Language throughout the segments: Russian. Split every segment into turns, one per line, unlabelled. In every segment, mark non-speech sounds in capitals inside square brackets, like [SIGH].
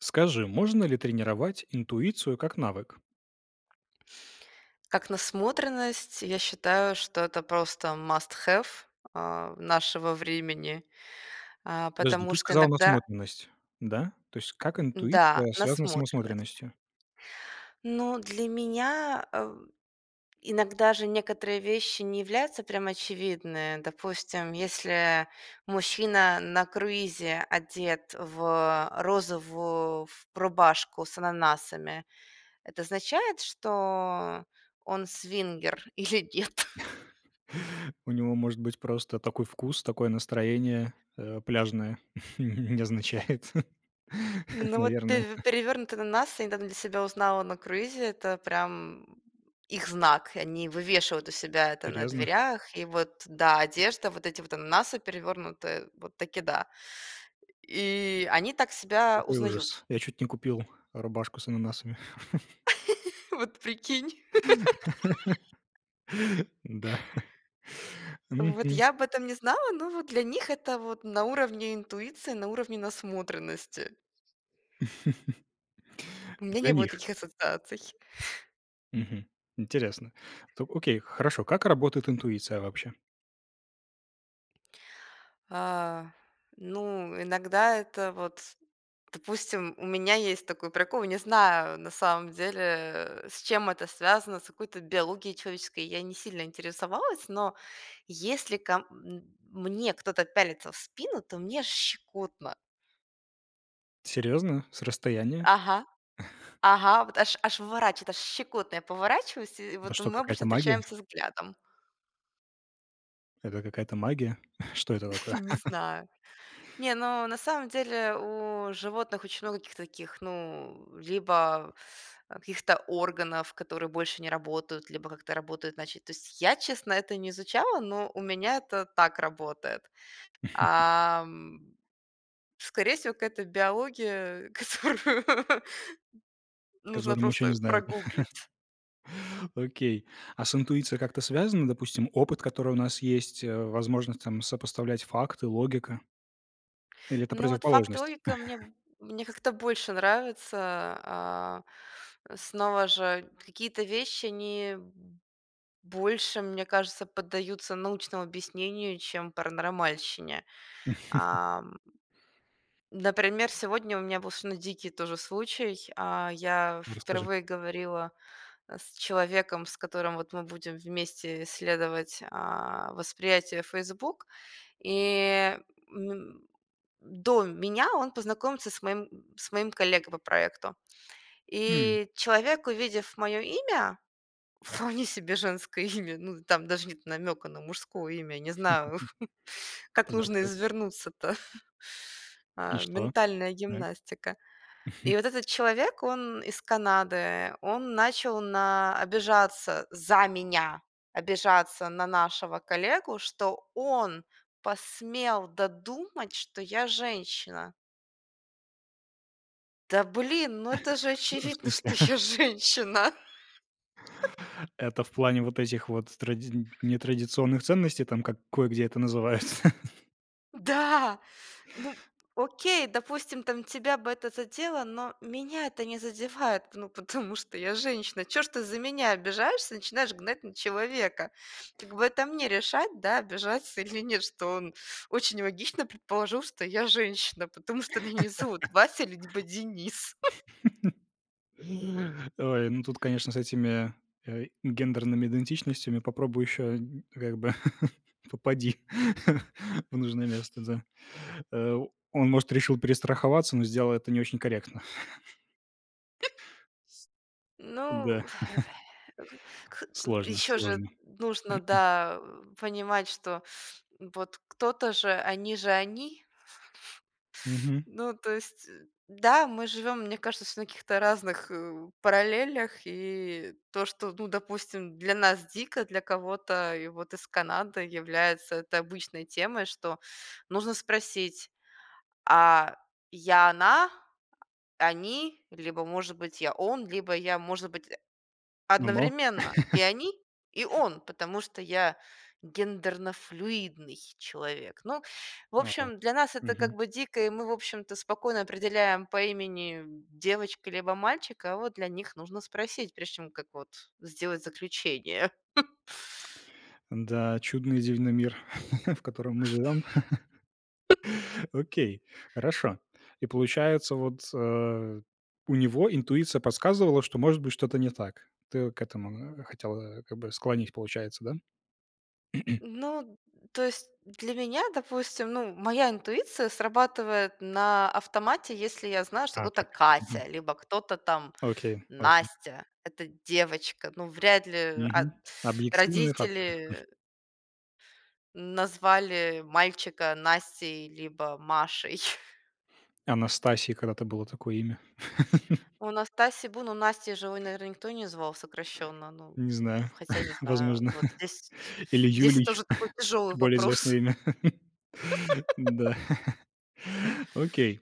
Скажи, можно ли тренировать интуицию как навык?
Как насмотренность, я считаю, что это просто must have, нашего времени,
Подожди,
потому
ты
что
сказала
иногда
насмотренность, да? То есть как
да,
интуиция связана с
насмотренность.
самосмотренностью?
Ну, для меня, иногда же некоторые вещи не являются прям очевидны. Допустим, если мужчина на круизе одет в розовую ф рубашку с ананасами, это означает, что он свингер [LAUGHS] или нет?
[LAUGHS] У него может быть просто такой вкус, такое настроение пляжное. [LAUGHS] Не означает. [LAUGHS]
Ну вот
Наверное,
пе перевёрнутый ананас я недавно для себя узнала на круизе. Это прям их знак. И они вывешивают у себя это на
серьезно.
дверях. И вот, да, одежда, вот эти вот ананасы перевернутые, вот таки да. И они так себя
Какой ужас.
узнают.
Я чуть не купил рубашку с ананасами.
[LAUGHS] Вот прикинь.
[LAUGHS] Да.
Вот
Мгм.
я об этом не знала, но вот для них это вот на уровне интуиции, на уровне насмотренности.
[LAUGHS]
У меня не
Для
было
них.
таких ассоциаций.
Мгм. Интересно. Окей, хорошо. Как работает интуиция вообще?
А, ну, иногда это вот, допустим, у меня есть такой прикол, не знаю на самом деле, с чем это связано, с какой-то биологией человеческой я не сильно интересовалась, но если мне кто-то пялится в спину, то мне аж щекотно.
Серьезно? С расстояния?
Ага, ага, вот аж выворачивает, аж щекотно. Я поворачиваюсь, и
Это
вот
что,
мы
какая-то
обычно
магия?
встречаемся взглядом.
Это какая-то магия? [LAUGHS] Что это
[LAUGHS]
такое?
Не
[LAUGHS]
знаю. Не, ну, на самом деле у животных очень много каких-то таких, ну, либо каких-то органов, которые больше не работают, либо как-то работают иначе. То есть я, честно, это не изучала, но у меня это так работает. А, м, скорее всего, какая-то биология, [LAUGHS] которую нужно
Которую мы еще не
просто
знаем?
прогуглить.
[LAUGHS] Окей. А с интуицией как-то связано, допустим, опыт, который у нас есть, возможность там сопоставлять факты, логика? Или это
Ну вот факт и
противоположность?
логика мне, мне как-то больше нравится. а, снова же какие-то вещи, они больше, мне кажется, поддаются научному объяснению, чем паранормальщине. Ам, например, сегодня у меня был совершенно дикий тоже случай. Я
Расскажи.
впервые говорила с человеком, с которым вот мы будем вместе исследовать, восприятие Facebook, И, м, до меня он познакомился с моим коллегой по проекту.
М,
И человек, увидев моё имя, вполне себе женское имя. Ну, там даже нет намека на мужское имя. Не знаю, [LAUGHS] как
так,
нужно
так.
извернуться-то.
И что?
Ментальная
Так.
гимнастика. И вот этот человек, он из Канады, он начал на обижаться за меня, обижаться на нашего коллегу, что он посмел додумать, что я женщина. Да блин, ну
[LAUGHS]
это же
в с в
очевидно, [LAUGHS] что
смысле?
я
[LAUGHS]
женщина.
Это в плане вот этих вот тради нетрадиционных ценностей, там, как кое-где это называют? [LAUGHS]
Да, ну, окей, допустим, там тебя бы это задело, но меня это не задевает, ну, потому что я женщина. Чё ж ты за меня обижаешься, начинаешь гнать на человека? Как бы это мне решать, да, обижаться [LAUGHS] или нет, что он очень логично предположил, что я женщина, потому что меня не зовут Вася, либо Денис. [LAUGHS]
Ой, ну тут, конечно, с этими, гендерными идентичностями попробуй еще, как бы [LAUGHS] попади [LAUGHS] в нужное место, да. Э, он, может, решил перестраховаться, но сделал это не очень корректно.
Ну,
Да, сложно,
еще же
сложно.
нужно, да, понимать, что вот кто-то же они,
Мгм.
ну, то есть, да, мы живем, мне кажется, всё на каких-то разных, параллелях. И то, что, ну, допустим, для нас дико, для кого-то и вот из Канады является это обычной темой, что нужно спросить: "А я она, они?" Либо, может быть, я он, либо я, может быть
Но но.
одновременно и они, и он, потому что я гендерно-флюидный человек. Ну, в
Ау.
общем, для нас это как
Мгм.
бы дико, и мы, в общем-то, спокойно определяем по имени девочка либо мальчика, а вот для них нужно спросить, прежде чем как вот сделать заключение. [LAUGHS]
Да, чудный и дивный мир, [LAUGHS] в котором мы живем. Окей, хорошо. И получается, вот, у него интуиция подсказывала, что может быть что-то не так. Ты к этому, хотела как бы склонить, получается, да?
Ну, то есть для меня, допустим, ну, моя интуиция срабатывает на автомате, если я знаю, что
А,
кто-то
так.
Катя,
Мгм.
либо кто-то там
Окей, окей.
Настя — это девочка. Ну, вряд ли,
Мгм. Объективные факторы.
родители назвали мальчика Настей либо Машей. [LAUGHS]
Анастасии когда-то было такое имя.
У Настаси Таси Бу, ну, Настей же, ой, наверно, никто не звал сокращенно. Ну,
Не знаю,
хотя не
[LAUGHS]
знаю.
возможно.
Вот
[LAUGHS]
здесь
Или
здесь
Юлий,
это уже такой тяжелый
более известное
вопрос.
имя. [LAUGHS] Да. [LAUGHS] Окей.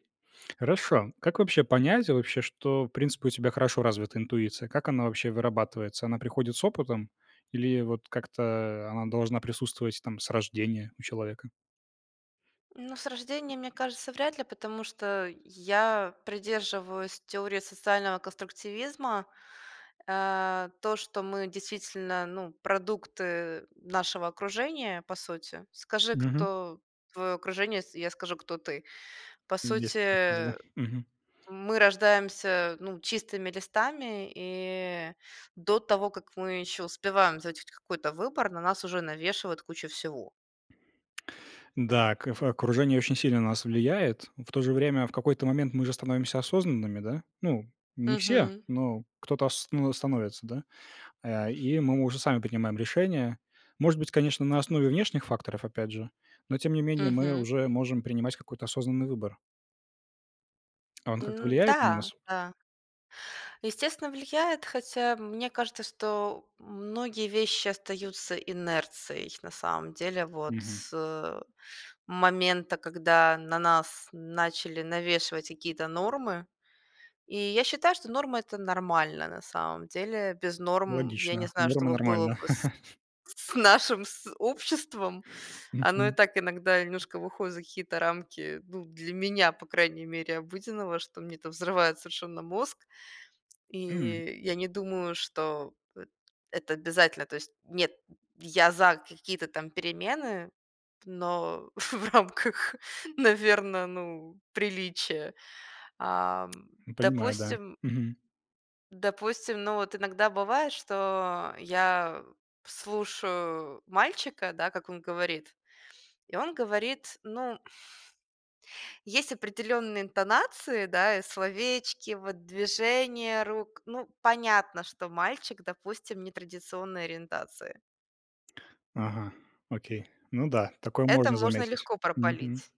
Хорошо. Как вообще понять вообще, что, в принципе, у тебя хорошо развита интуиция? Как она вообще вырабатывается? Она приходит с опытом или вот как-то она должна присутствовать там с рождения у человека?
Ну, с рождения, мне кажется, вряд ли, потому что я придерживаюсь теории социального конструктивизма. То, что мы действительно, ну, продукты нашего окружения, по сути. Скажи,
Мгм.
кто твое окружение, я скажу, кто ты. По
Есть такая фраза, да.
сути,
Мгм.
мы рождаемся, ну, чистыми листами, и до того, как мы еще успеваем сделать хоть какой-то выбор, на нас уже навешивают кучу всего.
Да, окружение очень сильно на нас влияет. В то же время в какой-то момент мы же становимся осознанными, да? Ну, не все,
Мгм.
но кто-то ну, становится, да? И мы уже сами принимаем решения. Может быть, конечно, на основе внешних факторов, опять же, но тем не менее мы
Мгм.
уже можем принимать какой-то осознанный выбор. А он как-то влияет на
Да,
нас?
да. Естественно, влияет, хотя мне кажется, что многие вещи остаются инерцией на самом деле. Вот
Мгм.
с момента, когда на нас начали навешивать какие-то нормы. И я считаю, что нормы это нормально на самом деле. Без норм я не
Логично.
знаю, что
Норма
бы было
нормально.
бы с нашим с обществом. Оно и
[LAUGHS]
так иногда немножко выходит за какие-то рамки, ну, для меня, по крайней мере, обыденного, что мне это взрывает совершенно мозг.
Мгм.
И я не думаю, что эт это обязательно. То есть нет, я за какие-то там перемены, но [LAUGHS] в рамках, наверное, ну, приличия. Ам,
М, понимаю, да.
допустим
Мгм.
допустим, ну, вот иногда бывает, что я слушаю мальчика, да, как он говорит, и он говорит, ну, есть определенные интонации, да, и словечки, вот движения рук. Ну, понятно, что мальчик, допустим, нетрадиционной ориентации.
Ага, окей. Ну да, такое
Это
можно
можно
заметить.
легко пропалить.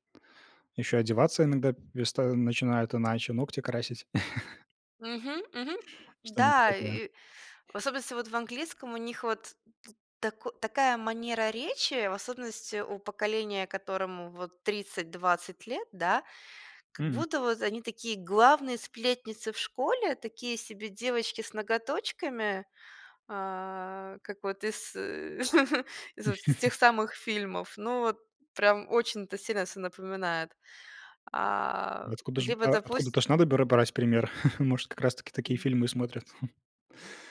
Еще одеваться иногда переста начинают иначе, ногти красить, [LAUGHS]
Мгм, мгм.
что-нибудь
Да,
такое.
и в особенности вот в английском у них вот такая манера речи, в особенности у поколения, которому вот 30-20 лет, да, как
М.
будто вот они такие главные сплетницы в школе, такие себе девочки с ноготочками, как вот из, [LAUGHS] из вот с тех самых фильмов. Ну, вот прям очень это сильно все напоминает. Либо, допустим,
Откуда-то ж надо брать пример. [LAUGHS] Может, как раз таки такие фильмы и смотрят. [LAUGHS]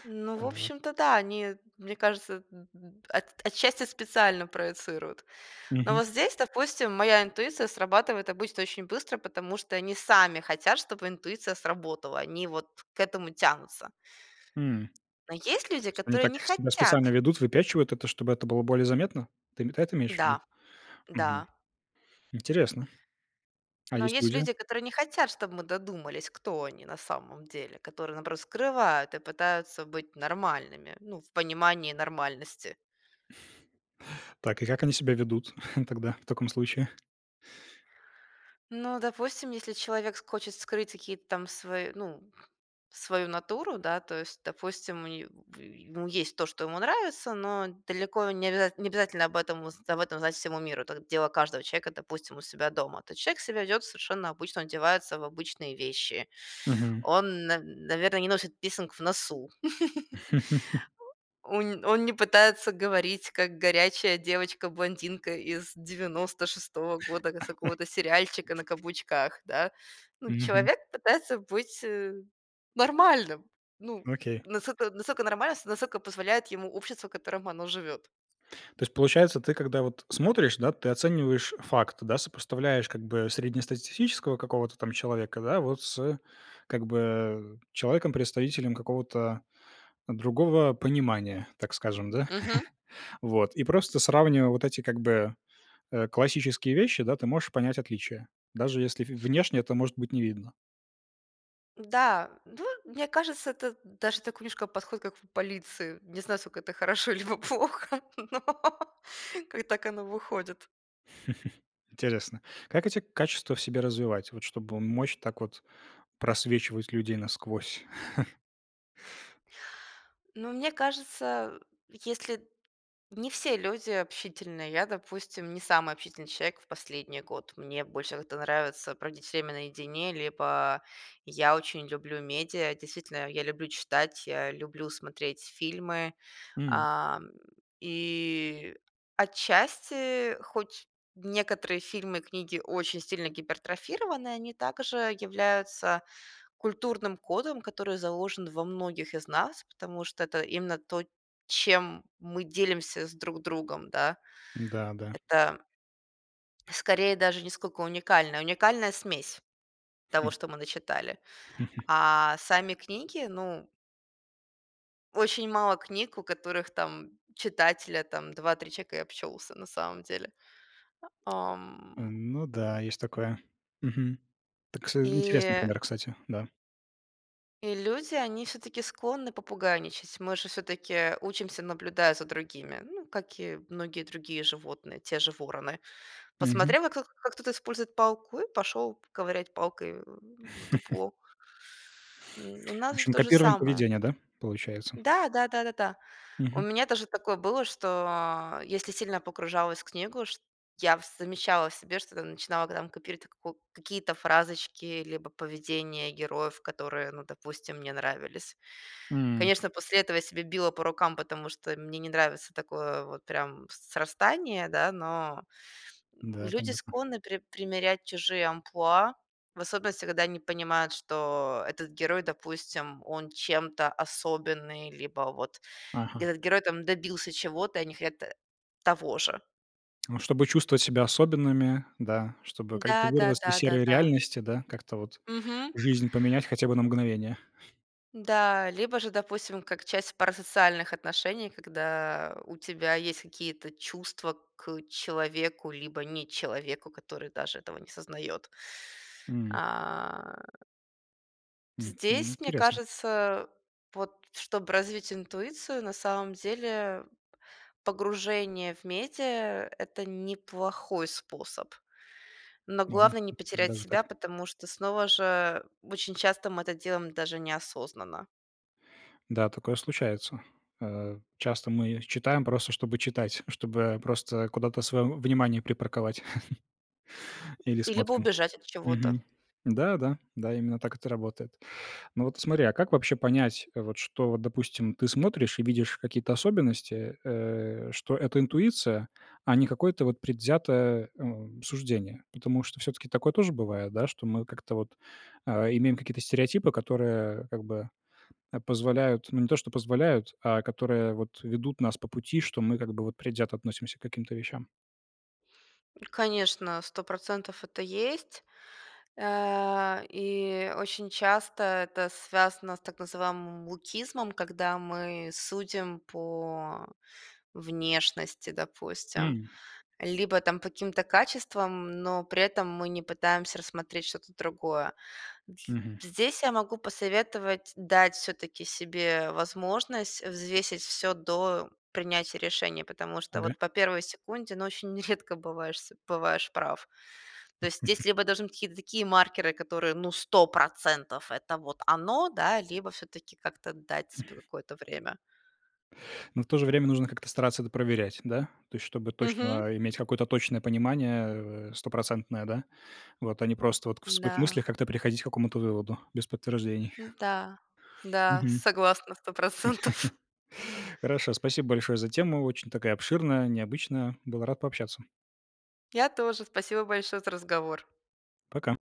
ну, в
Вот.
общем-то, да, они, мне кажется, м, от отчасти специально проецируют. Но
Мгм.
вот здесь, допустим, моя интуиция срабатывает обычно очень быстро, потому что они сами хотят, чтобы интуиция сработала. Они вот к этому тянутся.
М.
Но есть люди,
То есть они
которые
так
не
себя специально
хотят.
ведут, выпячивают это, чтобы это было более заметно? Ты ме это имеешь в
Да,
виду?
да.
Мгм. Интересно. А
Но
есть
есть
люди?
люди, которые не хотят, чтобы мы додумались, кто они на самом деле, которые, наоборот, скрывают и пытаются быть нормальными, ну, в понимании нормальности.
Так, и как они себя ведут [LAUGHS] тогда в таком случае?
Ну, допустим, если человек хочет скрыть какие-то там свои, ну, свою натуру, да, то есть, допустим, у не- в- ему есть то, что ему нравится, но далеко не, не обязательно об этом, об этом знать всему миру. Это дело каждого человека, допустим, у себя дома. То человек себя ведет совершенно обычно, он одевается в обычные вещи.
Мгм.
Он, наверное, не носит писинг в носу.
[LAUGHS]
Он не пытается говорить, как горячая девочка-блондинка из 1996 года, с какого-то сериальчика на каблучках, да. Ну,
Мгм.
человек пытается быть, нормальным. Ну,
Окей.
насколько нормальным, насколько позволяет ему общество, в котором оно живет.
То есть, получается, ты когда вот смотришь, да, ты оцениваешь факт, да, сопоставляешь как бы среднестатистического какого-то там человека, да, вот с как бы человеком-представителем какого-то другого понимания, так скажем, да,
Мгм.
[LAUGHS] вот. И просто сравнивая вот эти как бы, классические вещи, да, ты можешь понять отличия, даже если внешне это может быть не видно.
Да, ну, мне кажется, это даже такой немножко подход, как в полиции. Не знаю, насколько это хорошо либо плохо, [LAUGHS] но [LAUGHS] как так оно выходит.
[LAUGHS] Интересно, как эти качества в себе развивать, вот чтобы мочь так вот просвечивать людей насквозь?
Но мне кажется, если не все люди общительные. Я, допустим, не самый общительный человек в последний год. Мне больше как-то нравится проводить время наедине, либо я очень люблю медиа. Действительно, я люблю читать, я люблю смотреть фильмы.
[LAUGHS] М,
Ам, и отчасти, хоть некоторые фильмы и книги очень сильно гипертрофированы, они также являются культурным кодом, который заложен во многих из нас, потому что это именно то, чем мы делимся с друг другом, да.
да, да.
Это скорее даже не сколько уникальная, уникальная смесь того, что мы начитали.
[LAUGHS]
А сами книги, ну, очень мало книг, у которых там читателя там два-три человека и обчелся на самом деле. Ам,
Ну да, есть такое. Мгм. Так, с интересный
и
пример, кстати, да.
И люди, они все-таки склонны попугайничать. Мы же все-таки учимся, наблюдая за другими, ну, как и многие другие животные, те же вороны.
Мгм.
Посмотрел, как кто-то использует палку, и пошел ковырять палкой в дупло. У
В
нас же
общем,
то же
копируем
самое.
поведение, да, получается?
Да, да, да, да, да. У
Мгм.
меня даже такое было, что если сильно погружалась в книгу, чт я в замечала в себе, что начинала там копировать каку какие-то фразочки, либо поведение героев, которые, ну, допустим, мне нравились.
М,
Конечно, после этого я себя била по рукам, потому что мне не нравится такое вот прям срастание, да, но,
да,
люди
понятно.
склонны примерять чужие амплуа, в особенности, когда они понимают, что этот герой, допустим, он чем-то особенный, либо вот
Ага.
где этот герой там добился чего-то, и они хотят, того же.
Ну, чтобы чувствовать себя особенными, да, чтобы
Да
как-то
да
вырваться
да
из
да
серой
да.
реальности, да, как-то вот
Мгм.
жизнь поменять хотя бы на мгновение.
Да, либо же, допустим, как часть парасоциальных отношений, когда у тебя есть какие-то чувства к человеку, либо не человеку, который даже этого не сознает.
М,
А,
м,
здесь, мне
интересно.
кажется, вот чтобы развить интуицию, на самом деле погружение в медиа — это неплохой способ. Но
Ладно,
главное не потерять
даже
себя,
так.
потому что снова же очень часто мы это делаем даже неосознанно.
Да, такое случается. Часто мы читаем просто, чтобы читать, [LAUGHS] чтобы просто куда-то свое внимание припарковать [LAUGHS] или
И либо
смотрим.
убежать от чего-то.
Мгм. Да, да, да, именно так это работает. Но вот смотри, а как вообще понять, вот что, вот, допустим, ты смотришь и видишь какие-то особенности, что это интуиция, а не какое-то вот предвзятое, суждение? Потому что все таки такое тоже бывает, да, что мы как-то вот, имеем какие-то стереотипы, которые как бы, позволяют, ну, не то что позволяют, а которые вот ведут нас по пути, что мы как бы вот предвзято относимся к каким-то вещам.
Конечно, 100% это есть. И очень часто это связано с так называемым лукизмом, когда мы судим по внешности, допустим,
М,
либо там по каким-то качествам, но при этом мы не пытаемся рассмотреть что-то другое. Дз
мгм.
здесь я могу посоветовать дать все таки себе возможность взвесить все до принятия решения, потому что
Ага.
вот по первой секунде, ну, очень [LAUGHS] редко бываешь прав. То есть здесь либо должны быть какие-то такие маркеры, которые, ну, 100% это вот оно, да, либо все таки как-то дать себе какое-то время.
Но в то же время нужно как-то стараться это проверять, да? То есть чтобы
Мгм.
точно иметь какое-то точное понимание, стопроцентное, да? Вот, а не просто вот в своих
Да,
мыслях как-то приходить к какому-то выводу без подтверждений.
да да,
Мгм.
согласна 100%.
Хорошо, спасибо большое за тему. Очень такая обширная, необычная. Был рад пообщаться.
[LAUGHS] Я тоже. Спасибо большое за разговор.
Пока.